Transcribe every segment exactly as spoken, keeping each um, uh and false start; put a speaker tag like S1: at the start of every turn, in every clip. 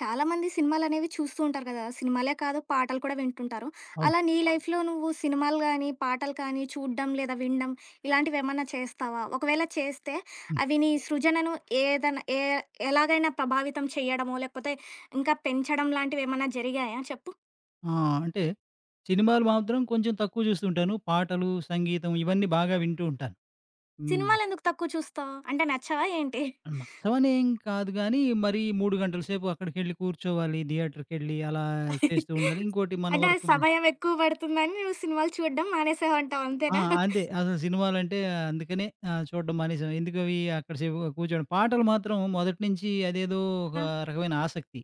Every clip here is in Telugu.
S1: చాలా మంది సినిమాలనేవి చూస్తూ ఉంటారు కదా! సినిమాలే కాదు పాటలు కూడా వింటుంటారు.
S2: అవును.
S1: అలా నీ లైఫ్‌లో నువ్వు సినిమాలు గానీ, పాటలు కానీ చూడ్డం లేదా వినడం ఇలాంటివేమన్నా చేస్తావా? ఒకవేళ చేస్తే
S2: హ్మ్.
S1: అవి నీ సృజనను ఏదన్నా ఏ ఎలాగైనా ప్రభావితం చేయడమో, లేకపోతే ఇంకా పెంచడం లాంటివేమన్నా జరిగాయా చెప్పు?
S2: ఆ! అంటే సినిమాలు మాత్రం కొంచెం తక్కువ చూస్తుంటాను. పాటలు, సంగీతం ఇవన్నీ బాగా వింటూ ఉంటాను. హ్మ్.
S1: సినిమాలెందుకు తక్కువ చూస్తావు? అంటే నచ్చవా ఏంటి?
S2: నచ్చవనేం కాదు గానీ, మరీ మూడు గంటల సేపు అక్కడికెళ్ళి కూర్చోవాలి, థియేటర్‌కెళ్ళి అలా చేస్తూ ఉండాలి. ఇంకోటి మన
S1: అంటే ఆ
S2: వర్క్ మి
S1: సమయం ఎక్కువ పడుతుందని నువ్వు సినిమాలు చూడడం మానేసావంటావు
S2: ఆ!
S1: అంతేనా?
S2: అంతే. అసలు సినిమాలంటే అందుకనే ఆహ్, చూడడం మానేసాం. ఎందుకవి అక్కడ సేపు కూర్చోడం. పాటలు మాత్రం మొదటి నుంచి అదేదో ఒక
S1: ఆ!
S2: రకమైన ఆసక్తి.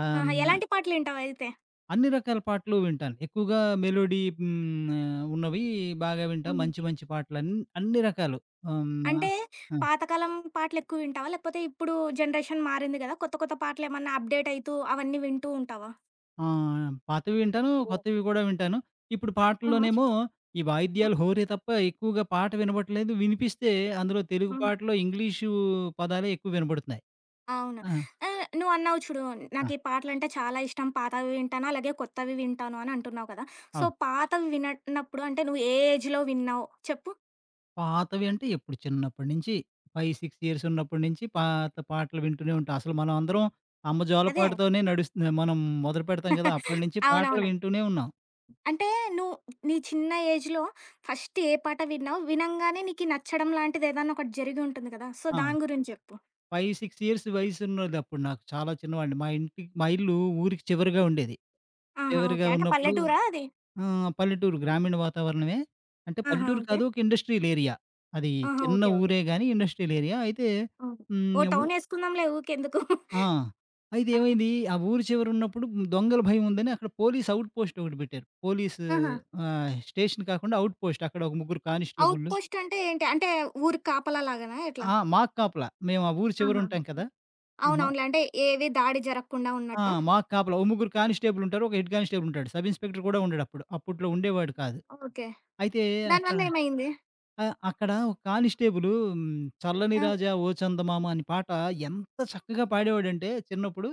S2: ఆహ్,
S1: ఆహా!
S2: హ్మ్
S1: ఎలాంటి పాటలింటావయితే?
S2: అన్ని రకాల పాటలు వింటాను. ఎక్కువగా మెలోడీ హ్మ్, ఆహ్, ఉన్నవి బాగా వింటా.
S1: హుహు.
S2: మంచి మంచి పాటలన్ అన్ని అన్ని రకాలు. హ్మ్. ఆహ్,
S1: అంటే
S2: ఆ!
S1: పాతకాలం పాటలెక్కువ వింటావా? లేకపోతే ఇప్పుడు జనరేషన్ మారింది గదా! కొత్త కొత్త పాటలేమన్నా అప్‌డేట్ అయితూ అవన్నీ వింటూ ఉంటావా?
S2: ఆహ్, పాతవి వింటాను,
S1: ఓహ్!
S2: కొత్తవి కూడా వింటాను. ఇప్పుడు
S1: ఆహా!
S2: పాటల్లోనేమో ఈ
S1: ఆ!
S2: వాయిద్యాలు హోరే తప్ప ఎక్కువగా పాట వినబడట్లేదు. వినిపిస్తే అందులో తెలుగు
S1: హ్మ్.
S2: పాటలో ఇంగ్లీషు పదాలే ఎక్కువ వినబడుతున్నాయి.
S1: అవును.
S2: ఆ!
S1: ఆహ్, నువ్వన్నావు చూడు, నాకీ పాటలంటే చాలా ఇష్టం. పాతవి వింటాను, అలాగే కొత్తవి వింటాను అని అంటున్నావు కదా! సో,
S2: ఆ!
S1: పాతవి విననప్పుడు అంటే నువ్వు ఏ ఏజ్‌లో విన్నావు చెప్పు?
S2: పాతవి అంటే ఎప్పుడు చిన్నప్పటి నుంచి ఐదు, ఆరు ఇయర్స్ ఉన్నప్పటి నుంచి పాత పాటలు వింటూనే ఉంటాం. అసలు మనం అందరం అమ్మ
S1: అదే.
S2: జోలపాటతోనే నడుస్తుంది. మనం మొదలు పెడతాం కదా! అప్పటి నుంచి పాటలు
S1: అవునవును.
S2: వింటూనే ఉన్నాం.
S1: అంటే నువ్వు నీ చిన్న ఏజ్‌లో ఫస్ట్ ఏ పాట విన్నావు? వినంగానే నీకు నచ్చడం లాంటిదేదన్నా ఒకటి జరిగి ఉంటుంది కదా! సో,
S2: ఆ!
S1: దాని గురించి జెప్పు.
S2: ఐదు, ఆరు ఇయర్స్ వయసు ఉన్నది అప్పుడు నాకు చాలా చిన్నవాడిని. మా ఇంటి మా ఇల్లు ఊరికి చివరగా ఉండేది.
S1: ఆహా! ఓకే.
S2: చివరగా
S1: అంటే
S2: ఉన్నప్పుడు
S1: పల్లెటూరా అది?
S2: ఆహ్, పల్లెటూరు గ్రామీణ వాతావరణమే. అంటే
S1: ఆహా!
S2: పల్లెటూరు
S1: ఓకే.
S2: కాదు ఒక ఇండస్ట్రియల్ ఏరియా. అది
S1: ఆహా!
S2: చిన్న
S1: ఓకే. ఓకే.
S2: ఊరే గాని ఇండస్ట్రియల్ ఏరియా. అయితే
S1: హ్మ్. ఓహ్!
S2: హ్మ్.
S1: టౌనేసుకుందాంలే ఊకెందుకు.
S2: ఆ! అయితే
S1: ఆ!
S2: ఏమైంది, ఆ ఊరు చివరున్నప్పుడు దొంగల భయం ఉందని అక్కడ పోలీస్ ఔట్ పోస్ట్ ఒకటి పెట్టారు. పోలీసు
S1: ఆహా!
S2: ఆహ్, స్టేషన్ కాకుండా ఔట్ పోస్ట్ అక్కడ ఒక ముగ్గురు కానిస్టేబుల్లు.
S1: ఔట్‌పోస్ట్ అంటే ఏంటి? అంటే ఊరి కాపలా లాగానా ఎట్లా?
S2: ఆ! మాకు కాపలా. మేము ఆ ఊరు
S1: ఆహా!
S2: చివరుంటాం కదా! మా
S1: అవునవునులే. అంటే ఏవి దాడి జరగకుండా
S2: ఆ!
S1: ఉన్నట్టా?
S2: మాకు కాపలా. ఓ ముగ్గురు కానిస్టేబులుంటారు. ఒక హెడ్ కానిస్టేబులుంటాడు. సబ్ ఇన్స్‌పెక్టర్ కూడా ఉండడప్పుడు. అప్పట్లో ఉండేవాడు కాదు.
S1: ఓకే.
S2: అయితే అక్కడ
S1: దానివల్ల ఏమైంది?
S2: ఆ! అక్కడ ఒక కానిస్టేబులు హ్మ్, 'చల్లని
S1: ఆ!
S2: రాజా ఓ చందమామ' అని పాట ఎంత చక్కగా పాడేవాడంటే చిన్నప్పుడు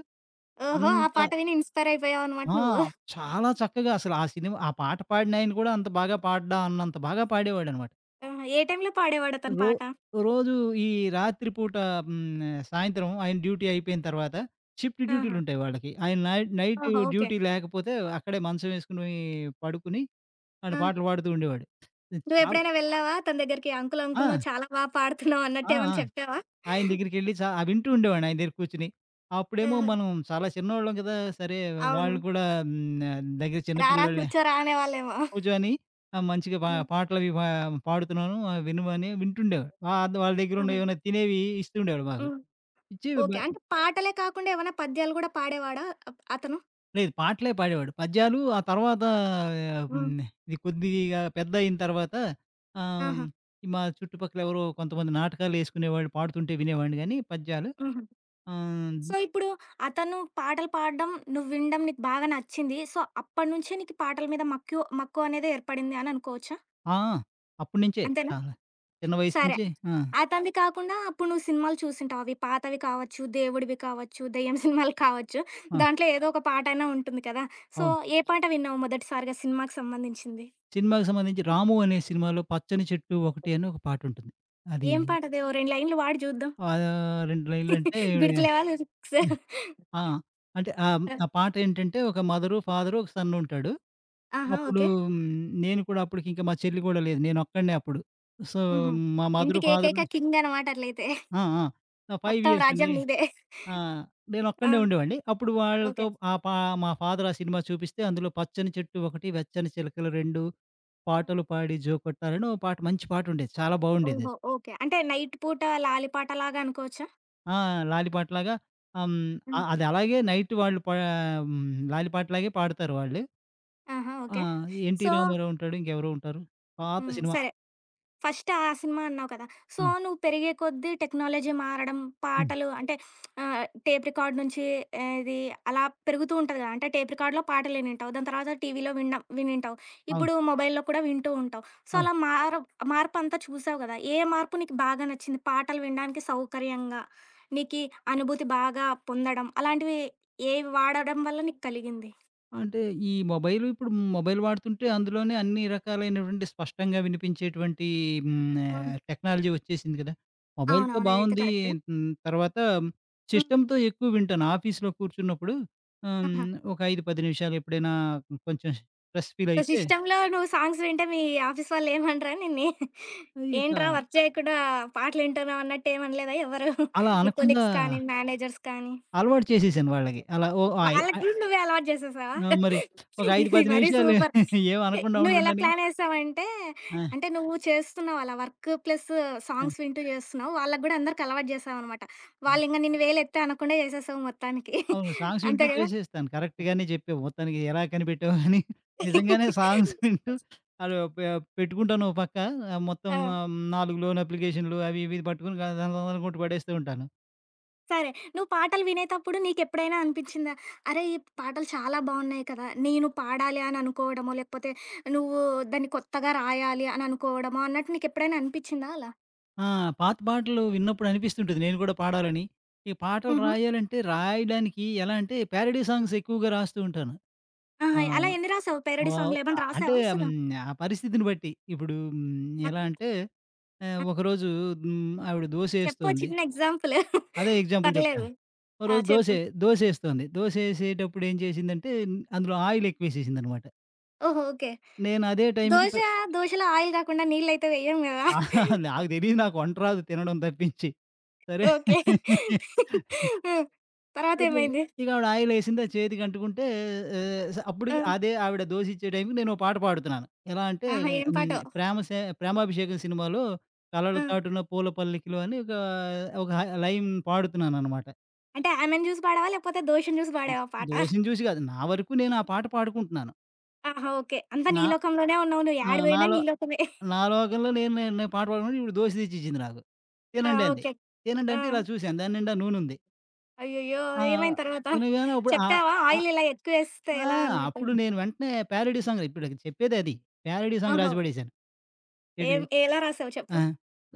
S1: ఓహో! ఆ
S2: అంత
S1: పాట విని ఇన్‌స్పైర్ అయిపోయావనమాట
S2: ఆ!
S1: నువ్వు.
S2: చాలా చక్కగా అసలు ఆ సినిమా ఆ పాట పాడినాయన కూడా అంత బాగా పాడ్డా అన్నంత బాగా పాడేవాడనమాట.
S1: ఆహా! ఏ టైంలో పాడేవాడతను
S2: రో
S1: పాట?
S2: రోజు ఈ రాత్రి పూట హ్మ్, సాయంత్రం ఆయన డ్యూటీ అయిపోయిన తర్వాత షిఫ్ట్
S1: ఆహా!
S2: డ్యూటీలుంటాయి వాళ్ళకి. ఆయన నై నైట్
S1: ఓహో! ఓకే.
S2: డ్యూటీ లేకపోతే అక్కడే మంచం వేసుకొని పడుకుని ఆయన
S1: ఆ!
S2: పాటలు పాడుతూ ఉండేవాడు. ఇది చాలా
S1: నువ్వెప్పుడైనా వెళ్ళావా అతని దగ్గరికి? అంకుల్,
S2: ఆ!
S1: అంకుల్ నువ్వు చాలా బా పాడుతున్నావు
S2: ఆ! ఆ!
S1: అన్నట్టేమన్నా చెప్పావా?
S2: ఆయన దగ్గరికెళ్ళి చ ఆ వింటూ ఉండేవాడిని ఆయన దగ్గర కూర్చొని. అప్పుడేమో
S1: ఆహా!
S2: మనం చాలా చిన్నోళ్ళం కదా! సరే.
S1: అవును.
S2: వాళ్ళు కూడా హ్మ్, దగ్గర చిన్న
S1: రారా
S2: పిల్లోళ్ళే.
S1: కూర్చోరా అనేవాళ్ళేమో.
S2: రోజు అని ఆహ్, మంచిగా పా
S1: హ్మ్.
S2: పాటలవి పా పాడుతున్నాను ఆహ్, వినమని వింటుండేవాడు. వా వాళ్ళ దగ్గర ఉన్న
S1: హుహు.
S2: ఏమైనా తినేవి ఇస్తుండేవాడు మాకు.
S1: హ్మ్.
S2: ఇచ్చి బ
S1: ఓకే. అంటే పాటలే కాకుండా ఏవన్నా పద్యాలు గూడా పాడేవాడా అప్ అతను?
S2: లేదు, పాటలే పాడేవాడు. పద్యాలు ఆ తర్వాత.
S1: హ్మ్.
S2: హ్మ్. ఇది కొద్దిగా పెద్దయిన తర్వాత ఆహ్,
S1: ఆహా!
S2: మా చుట్టుపక్కల ఎవరో కొంతమంది నాటకాలేసుకునేవాళ్ళు పాడుతుంటే వినేవాడిని గానీ పద్యాలు.
S1: హుహు.
S2: ఆహ్,
S1: సో, ఇప్పుడు అతను పాటలు పాడడం, నువ్వు వినడం నీకు బాగా నచ్చింది. సో, అప్పటినుంచే నీకు పాటల మీద మక్కువ మక్కువ అనేది ఏర్పడింది అని అనుకోవచ్చా?
S2: ఆ! అప్పటినుంచే
S1: అంతేనా?
S2: చాలా చిన్న వయసు
S1: సరే.
S2: నుంచి. ఆ!
S1: అతనివి కాకుండా అప్పుడు నువ్వు సినిమాలు చూసుంటావు. అవి పాతవి కావచ్చు, దేవుడివి కావచ్చు, దెయ్యం సినిమాలు కావచ్చు.
S2: ఆ!
S1: దాంట్లో ఏదో ఒక పాటైనా ఉంటుంది కదా! సో,
S2: అవును.
S1: ఏ పాట విన్నావు మొదటిసారిగా సినిమాకి సంబంధించింది?
S2: సినిమాకి సంబంధించి 'రాము' అనే సినిమాలో 'పచ్చని చెట్టు ఒకటి' అని ఒక పాటుంటుంది. అది
S1: ఏం పాటది? ఓ రెండు లైన్‌లు వాడి జూద్దాం.
S2: ఆహ్, రెండు లైన్లంటే
S1: గుర్తులేవా లిరిక్స్?
S2: ఆ! అంటే ఆహ్, హ్మ్, ఆ పాట ఏంటంటే ఒక మదరు, ఫాదరు, ఒక సన్నుంటాడు.
S1: ఆహా!
S2: అప్పుడు
S1: ఓకే.
S2: హ్మ్, నేను కూడా అప్పటికింకా మా చెల్లి కూడా లేదు. నేనొక్కడినే అప్పుడు. సో,
S1: హుహు.
S2: మా మదరు,
S1: ఇంటికి
S2: ఫాదరు.
S1: ఏకైక కింగ్ అనమాట అట్లయితే.
S2: ఆ! ఆ! ఆ ఐదు
S1: మొత్తం
S2: ఇయర్స్
S1: రాజ్యం
S2: అండి.
S1: నీదే.
S2: ఆ!
S1: ఆ!
S2: నేనొక్కడినే ఉండేవాడిని. అప్పుడు వాళ్ళతో
S1: ఓకే.
S2: ఆ పా మా ఫాదర్ ఆ సినిమా చూపిస్తే అందులో 'పచ్చని చెట్టు ఒకటి, వెచ్చని చిలకలు రెండు'
S1: హ్మ్.
S2: పాటలు పాడి జో కొట్టాలని ఓ పాట మంచి పాటుండేది. చాలా బావుండేదది.
S1: ఓహో! ఓకే. అంటే నైట్ పూట లాలిపాటలాగా అనుకోవచ్చా?
S2: ఆ! లాలిపాటలాగా. ఆహ్, హ్మ్. అ
S1: హ్మ్.
S2: అది అలాగే నైట్ వాళ్ళు పా హ్మ్. లాలిపాటలాగే పాడతారు వాళ్ళు.
S1: ఆహా!
S2: ఆ!
S1: ఓకే.
S2: 'ఎన్టీ
S1: సో
S2: రామారావు' ఉంటాడు. ఇంకెవరో ఉంటారు. పాత
S1: హ్మ్.
S2: సినిమా.
S1: సరే. ఫస్ట్ ఆ సినిమా అన్నావు కదా! సో,
S2: హ్మ్.
S1: నువ్వు పెరిగే కొద్దీ టెక్నాలజీ మారడం,
S2: హ్మ్.
S1: పాటలు అంటే ఆహ్, టేప్ రికార్డ్ నుంచి ఆ, ఇది అలా పెరుగుతూ ఉంటది కదా! అంటే టేప్ రికార్డ్‌లో పాటలు వినుంటావు. దాని తర్వాత టీవీలో వినడం వినుంటావు.
S2: అవును.
S1: ఇప్పుడు మొబైల్‌లో కూడా వింటూ ఉంటావు. సో,
S2: అవును.
S1: అలా మార మార్పంతా చూసావు కదా! ఏ మార్పు నీకు బాగా నచ్చింది? పాటలు వినడానికి సౌకర్యంగా, నీకీ అనుభూతి బాగా పొందడం, అలాంటివి ఏవి వాడడం వల్ల నీకు కలిగింది?
S2: అంటే ఈ మొబైల్ ఇప్పుడు మొబైల్ వాడుతుంటే అందులోనే అన్ని రకాలైనటువంటి స్పష్టంగా వినిపించేటువంటి హ్మ్.
S1: హ్మ్.
S2: ఆహ్, టెక్నాలజీ వచ్చేసింది కదా! మొబైల్‌తో
S1: అవునవును. అదైతే
S2: బావుంది.
S1: కరెక్టే.
S2: హ్మ్. తర్వాత
S1: హ్మ్.
S2: సిస్టమ్‌తో ఎక్కువ వింటాను. ఆఫీస్‌లో కూర్చున్నప్పుడు ఆహ్,
S1: ఆహా!
S2: హ్మ్. ఒక ఐదు, పది నిమిషాలు ఎప్పుడైనా కొంచెం స్ట్రెస్ ఫీల్
S1: సో,
S2: అయితే
S1: సిస్టమ్‌లో నువ్వు సాంగ్స్ వింటే మీ ఆఫీస్ వాళ్ళేమనరా నిన్ని?
S2: ఇక
S1: ఏంట్రా వర్క్ చేయకుండా పాటలింటున్నావు అన్నట్టేమనలేదా ఎవరు?
S2: అలా
S1: నీ
S2: అనకుండా
S1: కొలీగ్స్ కానీ, మేనేజర్స్ కానీ?
S2: అలవాటు చేసేసాను వాళ్ళకి. అలా ఓ ఆయ్ ఆహ్,
S1: వాళ్ళకి నువ్వే అలవాటు చేసేసావా?
S2: ఆ! మరి ఒక ఐదు,
S1: ఇది
S2: పది
S1: మరీ
S2: నిమిషాలు
S1: సూపర్.
S2: ఏమి
S1: ఎ
S2: అనకుండా
S1: నువ్వెలా
S2: ఉండడానికి.
S1: ప్లానేసావంటే,
S2: ఆ!
S1: అంటే నువ్వు చేస్తున్నావు అలా వర్క్ ప్లస్
S2: ఆ!
S1: సాంగ్స్ వింటూ చేస్తున్నావు. వాళ్ళకి గూడా అందరికి అలవాటు చేసావనమాట.
S2: అవును.
S1: వాళ్ళింక నిన్ను వేలెత్తి అనకుండా చేసేసావు మొత్తానికి.
S2: అవును. సాంగ్స్ వింటూ
S1: అంతే గదా!
S2: చేసేస్తాను. కరెక్ట్‌గానే చెప్పావు. మొత్తానికి ఎలా కనిపెట్టావు అని. నిజంగానే సాంగ్స్ వింటూ అలా పె పెట్టుకుంటాను ఓ పక్క. ఆహ్, మొత్తం
S1: ఆ!
S2: ఆహ్, నాలుగు లోన్ అప్లికేషన్‌లు అవి ఇవి పట్టుకొని గ గన గన కొట్టి పడేస్తూ ఉంటాను.
S1: సరే. నువ్వు పాటలు వినేతప్పుడు నీకెప్పుడైనా అనిపిచ్చిందా? అరే! ఈ పాటలు చాలా బావున్నాయి కదా! నేను పాడాలి అని అనుకోవడమో, లేకపోతే నువ్వు దాన్ని కొత్తగా రాయాలి అని అనుకోవడమో అన్నట్టు నీకెప్పుడైనా అనిపిచ్చిందా అలా?
S2: ఆ! పాత పాటలు విన్నప్పుడు అనిపిస్తుంటుంది నేను కూడా పాడాలని. ఈ పాటలు
S1: హుహు.
S2: రాయాలంటే రాయడానికి ఎలా అంటే ప్యారడీ సాంగ్స్ ఎక్కువగా రాస్తూ ఉంటాను. ఆ!
S1: ఆహా! అలా ఎన్ని రాసావు? Parody
S2: wow!
S1: సాంగ్‌లు ఏమన్నా
S2: ఆహ్, అంటే
S1: రాసావా
S2: హ్మ్.
S1: అసలు?
S2: ఆ పరిస్థితిని బట్టి. ఇప్పుడు హ్మ్.
S1: ఆ!
S2: ఎలా అంటే ఆహ్,
S1: ఆ!
S2: ఒకరోజు హ్మ్. ఆవిడ
S1: చెప్పు
S2: దోసేస్తోంది.
S1: చిన్న ఎగ్జాంపుల్.
S2: అదే ఎగ్జాంపుల్
S1: పర్లేదు.
S2: చెప్తున్నా.
S1: ఆ!
S2: ఒకరోజు
S1: చెప్పు.
S2: దోసే దోసేస్తోంది. దోసేసేటప్పుడు ఏం చేసిందంటే అందులో ఆయిల్ ఎక్కువేసేసిందనమాట.
S1: ఓహో! ఓకే.
S2: నేను అదే టైంకి
S1: దోస,
S2: ప్ర
S1: దోసలో ఆయిల్ కాకుండా నీళ్ళైతే వెయ్యం గదా!
S2: నాకు తెలీదు, నాకు వంట రాదు తినడం తప్పించి. సరే.
S1: ఓకే. హ్మ్. తర్వాత
S2: అది.
S1: ఏమైంది?
S2: ఇక ఆవిడ ఆయిలేసింది. అది చేతికంటుకుంటే ఆహ్, స
S1: ఆ!
S2: అప్పటికి అదే ఆవిడ దోసిచ్చే టైంకి నేనో పాట పాడుతున్నాను. ఎలా అంటే
S1: ఆహా! ఏం
S2: హ్మ్.
S1: పాటో?
S2: ప్రేమ సే 'ప్రేమాభిషేకం' సినిమాలో 'కలల
S1: ఆ!
S2: చాటున పూల పల్లకిలో' అని ఒక, ఒక హ లైన్ పాడుతున్నాననమాట.
S1: అంటే ఆమెను జూసి పాడావా? లేకపోతే దోషిని జూసి
S2: ఆ!
S1: పాడావా పాట?
S2: దోసిని చూసి కాదు. నా వరకు నేను ఆ పాట పాడుకుంటున్నాను.
S1: ఆహా! ఓకే. అంతా నీ
S2: నా
S1: లోకంలోనే ఉన్నావు. నువ్వు
S2: ఆ!
S1: యాడికి పోయినా
S2: నాలో
S1: నీ లోకమే.
S2: నా లోకంలో నేను నేను నేను పాట పాడుకుంటే ఈవిడ దోస తెచ్చిచ్చింది నాకు.
S1: ఆ!
S2: తినండంది.
S1: ఓకే. ఆ!
S2: తినండంటే ఇలా చూసాను. దాని నిండా నూనుంది.
S1: అయ్యయ్యో!
S2: ఆ!
S1: ఏమైంది తర్వాత?
S2: తినగానే అప్పుడు ఆ
S1: చెప్పావా? ఆయిల్ ఇలా ఎక్కువేస్తే
S2: ఆ!
S1: ఎలా అన్నట్టు?
S2: అప్పుడు నేను వెంటనే ప్యారడీ సాంగ్ ఇప్పుడు చెప్పేదది. ప్యారడీ సాంగ్
S1: ఓహో!
S2: రాసి పడేశాను. ఏంటి?
S1: ఏం ఎలా రాసావు చెప్పు?
S2: ఆ!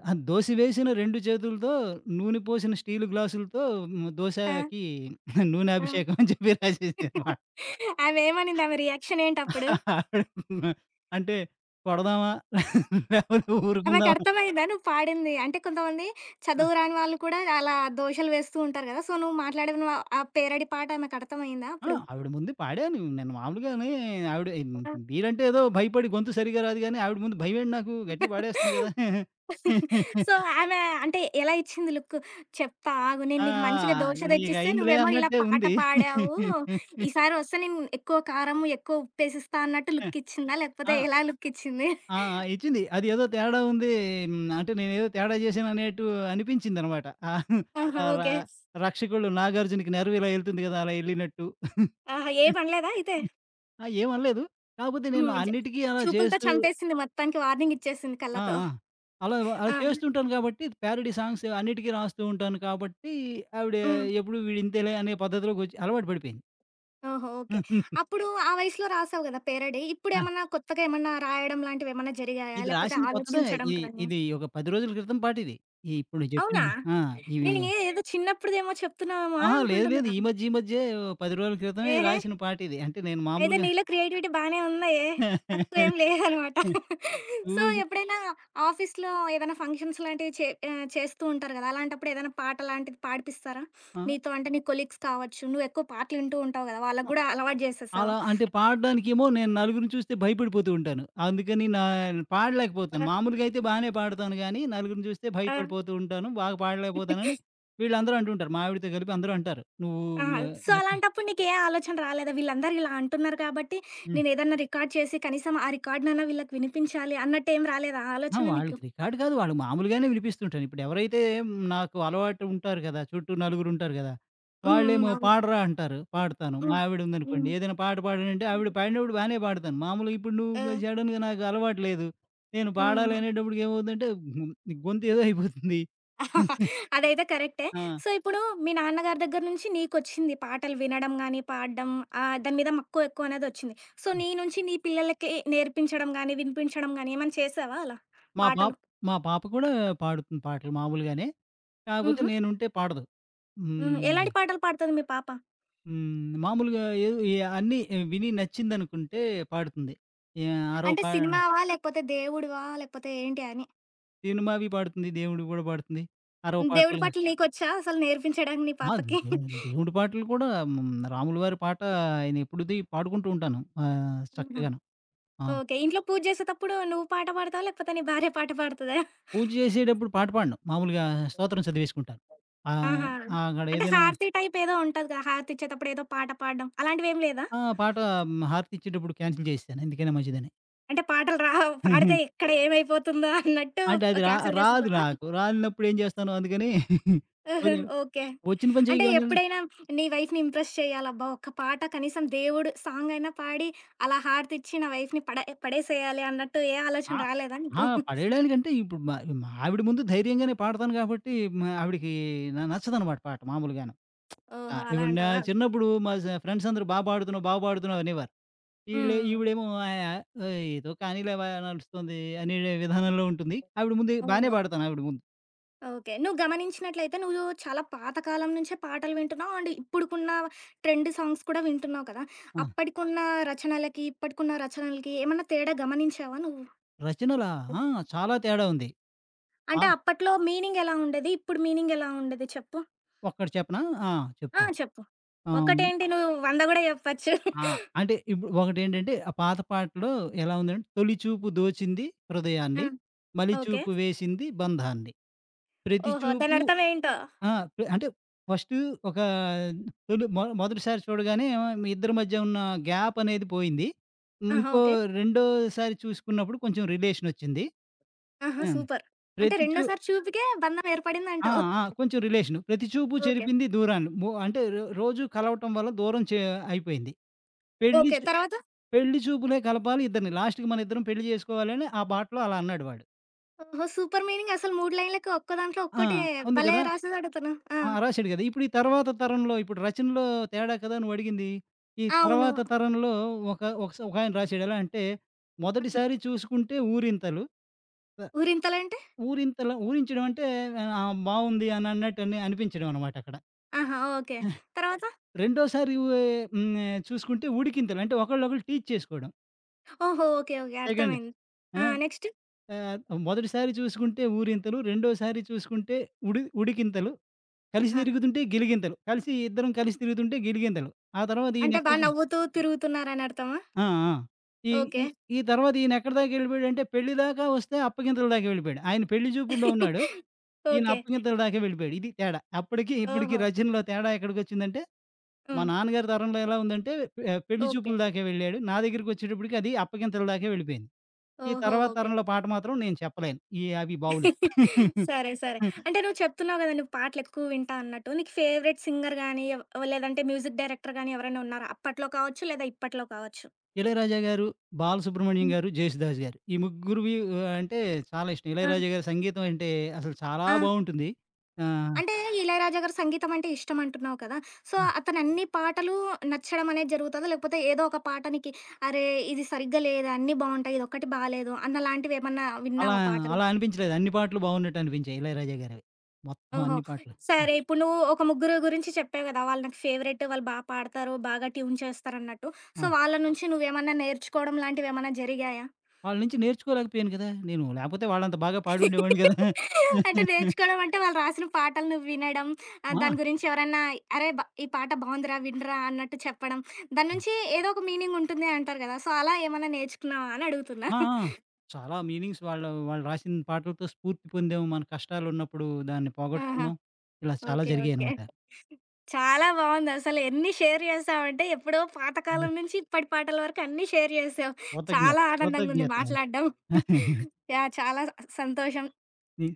S2: ఆహ్, దోస వేసిన రెండు చేతులతో, నూనె పోసిన స్టీలు గ్లాసులతో హ్మ్,
S1: ఆ!
S2: దోసకి నూనె
S1: ఆ!
S2: అభిషేకం అని చెప్పి రాసేసాననమాట.
S1: ఆమె ఏమనింది? ఆమె రియాక్షన్ ఏంటప్పుడు?
S2: అంటే కొడదామా? లేకపోతే
S1: ఆమెకి
S2: ఊరుకుందామా?
S1: అర్థమైందా నువ్వు పాడింది? అంటే కొంతమంది చదువు రాని వాళ్ళు కూడా అలా దోషలు వేస్తూ ఉంటారు గదా! సో, నువ్వు మాట్లాడిన ఆ పేరడీ పాట ఆమెకు అర్థమయిందా
S2: ఆ!
S1: అప్పుడు?
S2: ఆవిడ ముందు పాడాను. నేను మామూలుగానే. ఆవిడ మీరంటే ఏదో భయపడి గొంతు సరిగ్గా రాదు గానీ, ఆవిడ ముందు భయమేంటి నాకు,
S1: ఆ!
S2: గట్టిగా పాడేస్తాను కదా!
S1: సో, ఆమె అంటే ఎలా ఇచ్చింది లుక్కు? చెప్తా ఆగు. నేను
S2: ఆ!
S1: నీకు మంచిగా దోస తెచ్చిస్తే
S2: నీకయిందిలే
S1: నువ్వేమో ఇలా
S2: అన్నట్టే
S1: పాట
S2: ఉంది.
S1: పాడావు. ఈసారి వస్తే నేను ఎక్కువ కారం, ఎక్కువ ఉప్పేసిస్తా అన్నట్టు లుక్ ఇచ్చిందా? లేకపోతే
S2: ఆ!
S1: ఎలా లుక్ ఇచ్చింది?
S2: ఆ! ఇచ్చింది. అది ఏదో తేడా ఉంది. హ్మ్. అంటే నేనేదో తేడా చేశాననేట్టు అనిపించిందనమాట. ఆ!
S1: ఆహా!
S2: ఆ ర
S1: ఓకే.
S2: రక్షకుడు 'నాగార్జునకి' నెరవ్ ఇలా ఎళ్తుంది కదా! అలా ఎళ్ళినట్టు.
S1: ఆహా! ఏమనలేదా అయితే?
S2: ఆ! ఏమనలేదు. కాపోతే నేను
S1: హ్మ్. జ
S2: అన్నిటికీ అలా
S1: చూపులతో
S2: చేస్తూ.
S1: చంపేసింది మొత్తానికి, వార్నింగ్ ఇచ్చేసింది
S2: ఆ!
S1: కళ్ళతో.
S2: ఆ! అలా అలా
S1: ఆ!
S2: చేస్తుంటాను కాబట్టి ప్యారడీ సాంగ్స్ అన్నిటికీ రాస్తూ ఉంటాను కాబట్టి ఆవిడ
S1: హ్మ్.
S2: ఎప్పుడు వీడింతేలే అనే పద్ధతిలోకొచ్చి అలవాటు
S1: ఓహో! ఓకే.
S2: పడిపోయింది.
S1: అప్పుడు ఆ వయసులో రాసావు కదా! పేరడీ. ఇప్పుడేమన్నా కొత్తగా ఏమన్నా రాయడం లాంటివేమన్నా జరిగాయా?
S2: ఇది
S1: లేకపోతే
S2: రాసింది కొత్తదే.
S1: ఆలోచించడం
S2: ఇ
S1: కానీ
S2: ఇది ఒక పది రోజుల క్రితం పాటిది. ఇప్పుడు నువ్వు
S1: అవునా?
S2: చెప్పింది. ఆ! ఇవి
S1: నేను ఏ ఏదో చిన్నప్పుడుదేమో చెప్తున్నావేమో అని
S2: అహా! లేదు, లేదు. ఈ
S1: అనుకుంటున్నాను.
S2: మధ్య ఈ మధ్యే పది రోజుల క్రితమే
S1: ఏహే!
S2: రాసిన పాటిది. అంటే నేను
S1: అయితే
S2: మామూలుగా
S1: నీలో క్రియేటివిటీ బానే ఉందాయే! తక్కువేం లేదనమాట. సో,
S2: చూసి.
S1: ఎప్పుడైనా ఆఫీస్‌లో ఏదైనా ఫంక్షన్స్ లాంటివి చే ఆహ్, చేస్తూ ఉంటారు గదా! అలాంటప్పుడు ఏదైనా పాట లాంటిది పాడిపిస్తారా?
S2: ఆ!
S1: నీతో అంటే నీ కొలీగ్స్ కావచ్చు, నువ్వెక్కువ పాటలు వింటూ ఉంటావు గదా! వాళ్ళకి
S2: ఆ!
S1: గూడా అలవాటు జేసేసావు.
S2: అలా అంటే పాడడానికేమో నేను నలుగురిని చూస్తే భయపడిపోతూ ఉంటాను. అందుకని నా పాడలేకపోతాను.
S1: ఆ!
S2: మామూలుగా అయితే బానే పాడతాను గానీ, నలుగురిని చూస్తే
S1: ఆ!
S2: భయపడిపోతూ ఉంటాను, బాగా పాడలేకపోతానని వీళ్ళందరూ అంటుంటారు. మా ఆవిడతో కలిపి అందరూ అంటారు. "నువ్వు
S1: ఆ!
S2: మ
S1: సో,
S2: ఎక్కడ."
S1: అలాంటప్పుడు నీకే ఆలోచన రాలేదా? వీళ్ళందరూ ఇలా అంటున్నారు కాబట్టి, నేనేదన్నా రికార్డ్ చేసి కనీసం ఆ రికార్డ్‌నన్నా వీళ్ళకి వినిపించాలి అన్నట్టేం రాలేదా ఆ
S2: ఆ!
S1: ఆలోచన నీకు?
S2: వాళ్ళకి రికార్డ్ కాదు. వాళ్ళు మామూలుగానే వినిపిస్తుంటాను. ఇప్పుడు ఎవరైతే నాకు అలవాటు ఉంటారు కదా! చుట్టూ నలుగురుంటారు కదా!
S1: హ్మ్. హ్మ్.
S2: వాళ్ళేమో
S1: అవును.
S2: పాడరా అంటారు. పాడతాను. మా
S1: హ్మ్.
S2: ఆవిడుందనుకోండి,
S1: హ్మ్.
S2: ఏదైనా పాట పాడనంటే ఆవిడ పాడినప్పుడు బానే పాడతాను. మామూలుగా ఇప్పుడు
S1: ఆ!
S2: నువ్వు సడెన్‌గా నాకు అలవాటు లేదు. నేను పాడాలి
S1: హ్మ్.
S2: అనేటప్పటికి ఏమవుతుందంటే హ్మ్, గొంతు ఏదో అయిపోతుంది.
S1: అదైతే కరెక్టే.
S2: ఆ!
S1: సో, ఇప్పుడు మీ నాన్నగారి దగ్గర నుంచి నీకొచ్చింది పాటలు వినడం గానీ, పాడడం ఆహ్, దాని మీద మక్కువ ఎక్కువ అనేదొచ్చింది. సో, నీ నుంచి నీ పిల్లలకి నేర్పించడం గానీ, వినిపించడం గానీ ఏమైనా చేశావా అలా
S2: మా పాప
S1: పాటలు?
S2: మా పాప కూడా పాడుతుంది పాటలు మామూలుగానే. కాకపోతే
S1: హుహు.
S2: నేనుంటే పాడదు.
S1: హ్మ్.
S2: హ్మ్.
S1: ఎలాంటి పాటలు పాడుతది మీ పాప?
S2: హ్మ్. మామూలుగా ఏదో ఏ అన్నీ విని నచ్చిందనుకుంటే పాడుతుంది. యాహ్! అరవ
S1: అంటే
S2: పా
S1: సినిమావా? లేకపోతే దేవుడివా? లేకపోతే ఏంటి అని?
S2: సినిమావి పాడుతుంది. దేవుడివి గూడా పాడుతుంది. అరవ
S1: దేవుడి
S2: పాటలు.
S1: పాటలు నీకొచ్చా అసలు నేర్పించడానికి నీ
S2: ఆ!
S1: పాపకి?
S2: దేవు దేవుడి పాటలు కూడా హ్మ్. రాముల వారి పాట ఆయన ఎప్పుడుది పాడుకుంటూ ఉంటాను. ఆహ్,
S1: ఆహా!
S2: చక్కగాను. ఆ!
S1: ఓకే. ఇంట్లో పూజ చేసేతప్పుడు నువ్వు పాట పాడతావా? లేకపోతే నీ భార్య పాట పాడుతదా?
S2: పూజ చేసేటప్పుడు పాట పాడను. మామూలుగా స్తోత్రం చదివేసుకుంటాను. ఆహ్,
S1: ఆహా!
S2: అక్కడ
S1: అంటే
S2: ఏదైనా.
S1: హారతి టైప్ ఏదో ఉంటది కదా! హారతి ఇచ్చేటప్పుడు ఏదో పాట పాడడం అలాంటివేం లేదా?
S2: ఆ! పాట హ్మ్. హారతిచ్చేటప్పుడు క్యాన్సెల్ చేసేశాను. ఎందుకైనా మంచిదని.
S1: అంటే పాటలు రావు పాడితే ఎక్కడ ఏమైపోతుందో అన్నట్టు
S2: అంటే అది రా
S1: క్యాన్సెల్
S2: రాదు
S1: చేసేసారా?
S2: నాకు. రానప్పుడు ఏం చేస్తాను అందుకని.
S1: ఆహా!
S2: కొంచెం
S1: ఓకే.
S2: వచ్చిన పని
S1: అంటే
S2: చేయగలం.
S1: ఎప్పుడైనా నీ వైఫ్‌ని ఇంప్రెస్ చేయాలబ్బా! ఒక్క పాట కనీసం దేవుడు సాంగ్ అయినా పాడి అలా హారతిచ్చి నా వైఫ్‌ని పడే పడేసేయాలి అన్నట్టు ఏ ఆలోచన
S2: ఆ!
S1: రాలేదా
S2: ఆ!
S1: నీకు?
S2: పడేయడానికంటే ఇప్పుడు మా మా ఆవిడ ముందు ధైర్యంగానే పాడతాను కాబట్టి మా ఆవిడకి న నచ్చదనమాట పాట మామూలుగాను. ఆ!
S1: ఓహో! అలా
S2: ఇప్పుడు నా
S1: అంటావా?
S2: చిన్నప్పుడు మా స ఫ్రెండ్స్ అందరూ "బా పాడుతున్నావు, బా పాడుతున్నావు" అనేవారు.
S1: హ్మ్.
S2: ఈళ్ళు
S1: హ్మ్.
S2: ఈవిడేమో ఆయ "ఓయ్! ఏదో కానీలేవా నడుస్తుంది" అనే విధానంలో ఉంటుంది. ఆవిడ ముందు బానే
S1: ఓహో!
S2: పాడతాను ఆవిడ ముందు.
S1: ఓకే. నువ్వు గమనించినట్లయితే నువ్వు చాలా పాతకాలం నుంచే పాటలు వింటున్నావు. అండ్ ఇప్పుడుకున్న ట్రెండ్ సాంగ్స్ కూడా వింటున్నావు కదా!
S2: ఆ!
S1: అప్పటికున్న రచనలకి, ఇప్పటికున్న రచనలకి ఏమన్నా తేడా గమనించావా నువ్వు?
S2: రచనలా? ఆ! చాలా తేడా ఉంది. ఆ!
S1: అంటే అప్పట్లో మీనింగ్ ఎలా ఉండేది? ఇప్పుడు మీనింగ్ ఎలా ఉండేది చెప్పు?
S2: ఒక్కటి చెప్పనా? ఆ!
S1: ఆ!
S2: చెప్తాను.
S1: చెప్పు.
S2: ఆహ్
S1: ఒక్కటేంటి నువ్వు వంద గూడా జెప్పొచ్చు.
S2: ఆ! అంటే ఇప్పుడు ఒకటేంటంటే, ఆ పాత పాటలో ఎలా ఉందంటే, తొలి చూపు దోచింది
S1: ఆ!
S2: హృదయాన్ని, మలి
S1: ఓకే.
S2: చూపు వేసింది బంధాన్ని. ప్రతి
S1: ఓహో!
S2: చూపు.
S1: దానర్థం ఏంటో?
S2: ఆ! ప్ర అంటే ఫస్టు ఒక తొలి మొ మొదటిసారి చూడగానే మీ ఇద్దరి మధ్య ఉన్న గ్యాప్ అనేది పోయింది. హ్మ్.
S1: ఆహా!
S2: ఇంకో
S1: ఓకే.
S2: రెండోసారి చూసుకున్నప్పుడు కొంచెం రిలేషనొచ్చింది.
S1: ఆహా!
S2: హ్మ్.
S1: సూపర్. అంటే
S2: ప్రతి చూ
S1: రెండోసారి చూపుకే బంధం
S2: ఆ!
S1: ఏర్పడిందంటావు.
S2: ఆ! కొంచెం రిలేషను. ప్రతి చూపు
S1: ఓకే.
S2: చెరిపింది దూరాన్ని. మో అంటే రో రోజు కలవటం వల్ల దూరం చే అయిపోయింది. పెళ్లి
S1: ఓకే.
S2: చే
S1: తర్వాత?
S2: పెళ్లి చూపులే కలపాలి ఇద్దరిని. లాస్ట్‌కి మనిద్దరం పెళ్లి జేసుకోవాలని ఆ పాటలో అలా అన్నాడు వాడు.
S1: ఓహో! 'సూపర్ మీనింగ్' అసలు మూడు లైన్లకి ఒక్క దాంట్లో
S2: ఆ!
S1: ఒక్కటే
S2: ఉంది
S1: భలే
S2: గదా!
S1: రాసేసాడు అతను. ఆ!
S2: ఆ! రాశాడు గదా! ఇప్పుడు ఈ తర్వాత తరంలో ఇప్పుడు రచనలో తేడా కదా నువ్వడిగింది. ఈ
S1: అవును.
S2: తర్వాత తరంలో ఒక ఒకస ఒకాయన రాశాడు. ఎలా అంటే,
S1: ఆ!
S2: "మొదటిసారి చూసుకుంటే ఊరింతలు. త
S1: 'ఊరింతలంటే'?
S2: ఊరింతల." ఊరించడం అంటే ఆ! బావుంది అని అన్నట్టని అనిపించడం అనమాట అక్కడ.
S1: ఆహా! ఓకే. తర్వాత?
S2: రెండోసారి ఉ హ్మ్. చూసుకుంటే ఉడికింతలు. అంటే ఒకళ్ళొకళ్ళు టీజ్ చేసుకోవడం.
S1: ఓహో! ఓకే. ఓకే.
S2: సెకండ్
S1: అర్థమైంది. ఆ!
S2: ఆ!
S1: నెక్స్ట్?
S2: ఆహ్, మొదటిసారి చూసుకుంటే ఊరింతలు, రెండోసారి చూసుకుంటే ఉడి ఉడికింతలు, కలిసి
S1: ఆ!
S2: తిరుగుతుంటే గిలిగింతలు, కలిసి ఇద్దరం కలిసి తిరుగుతుంటే గిలిగింతలు. ఆ తర్వాత
S1: అంటే బా
S2: ఈయనెక్కడికి.
S1: నవ్వుతూ తిరుగుతున్నారని అర్థమా?
S2: ఆ! ఆ! ఈ
S1: ఓకే.
S2: ఈ ఈ తర్వాత ఈయనెక్కడి దాకా వెళ్ళిపోయాడంటే పెళ్లి దాకా వస్తే అప్పగింతల దాకా వెళ్ళిపోయాడు. ఆయన పెళ్లి చూపుల్లో ఉన్నాడు. ఈయన
S1: ఓకే.
S2: అప్పగింతల దాకా వెళ్ళిపోయాడు. ఇది తేడా. అప్పటికి, ఇప్పటికి
S1: ఓహో!
S2: రచనలో తేడా ఎక్కడికొచ్చిందంటే, మా
S1: హ్మ్.
S2: నాన్నగారి తరంలో ఎలా ఉందంటే ఆహ్, పెళ్లి
S1: ఓకే.
S2: చూపుల దాకే వెళ్ళాడు. నా దగ్గరికొచ్చేటప్పటికి అది అప్పగింతల దాకే వెళ్ళిపోయింది. ఈ
S1: ఓహో!
S2: తర్వాత
S1: ఓకే.
S2: తరంలో పాట మాత్రం నేను చెప్పలేను. ఈ అవి బావులే.
S1: సరే. సరే.
S2: హ్మ్.
S1: అంటే నువ్వు చెప్తున్నావు కదా! నువ్వు పాటలెక్కువ వింటా అన్నట్టు. నీకు ఫేవరెట్ సింగర్ గానీ, ఎవ్ లేదంటే మ్యూజిక్ డైరెక్టర్ గానీ ఎవరైనా ఉన్నారా? అప్పట్లో కావచ్చు, లేదా ఇప్పట్లో కావచ్చు.
S2: 'ఇళయరాజా' గారు, బాలసుబ్రహ్మణ్యం
S1: హ్మ్.
S2: గారు, 'జేసుదాస్' గారు. ఈ ముగ్గురువి ఆహ్, అంటే చాలా ఇష్టం.
S1: ఆ!
S2: 'ఇళయరాజా' గారి సంగీతం అంటే అసలు చాలా
S1: ఆ!
S2: బావుంటుంది. ఆహ్,
S1: అంటే ఇళయరాజా గారి సంగీతం అంటే ఇష్టం అంటున్నావు కదా! సో,
S2: హ్మ్.
S1: అతను అన్ని పాటలు నచ్చడం అనేది జరుగుతదా? లేకపోతే ఏదో ఒక పాట నీకి అరే! ఇది సరిగ్గా లేదు, అన్నీ బావుంటాయి, ఇదొక్కటి బాలేదు అన్నలాంటివి ఏమన్నా
S2: అలా
S1: విన్నావా పాటలు?
S2: అలా అనిపించలేదు. అన్ని పాటలు బావున్నట్టు అనిపించాయి 'ఇళయరాజా' గారివి. మొత్తం
S1: ఓహో!
S2: అన్ని పాటలు. హ్మ్.
S1: సరే ఇప్పుడు నువ్వు ఒక ముగ్గురు గురించి చెప్పావు కదా! వాళ్ళు నాకు ఫేవరెట్, వాళ్ళు బా పాడతారు, బాగా ట్యూన్ చేస్తారన్నట్టు. సో,
S2: అవును.
S1: వాళ్ళ నుంచి నువ్వేమన్నా నేర్చుకోవడం లాంటివేమన్నా జరిగాయా?
S2: వాళ్ళ నుంచి నేర్చుకోలేకపోయాను కదా నేను. లేకపోతే వాళ్ళంత బాగా పాడుండేవాడిని కదా!
S1: అంటే నేర్చుకోవడం అంటే వాళ్ళు రాసిన పాటలు నువ్వు వినడం, ఆహ్, దాని
S2: ఆ!
S1: గురించి ఎవరన్నా "అరే! బ ఈ పాట బావుందిరా, వినరా" అన్నట్టు చెప్పడం. దాని
S2: ఆ!
S1: నుంచి ఏదో ఒక మీనింగ్ ఉంటుంది అంటారు కదా! సో, అలా ఏమన్నా నేర్చుకున్నావా అని అడుగుతున్నా?
S2: ఆ! చాలా మీనింగ్స్ వాళ్ళు వాళ్ళు రాసిన పాటలతో స్ఫూర్తి పొందాం. మన కష్టాలున్నప్పుడు దాన్ని
S1: ఆహా!
S2: పోగొట్టుకున్నాం. ఇలా చాలా
S1: ఓకే. ఓకే.
S2: జరిగాయనమాట.
S1: చాలా బావుంది. అసలు ఎన్ని షేర్ చేసావంటే ఎప్పుడో
S2: అదే
S1: పాతకాలం నుంచి ఇప్పటి పాటల వరకు అన్నీ షేర్ చేసావు.
S2: కృతజ్ఞత.
S1: చాలా ఆనందంగుంది
S2: కృతజ్ఞతలు.
S1: మాట్లాడడం. యాహ్! చాలా సంతోషం.
S2: నీ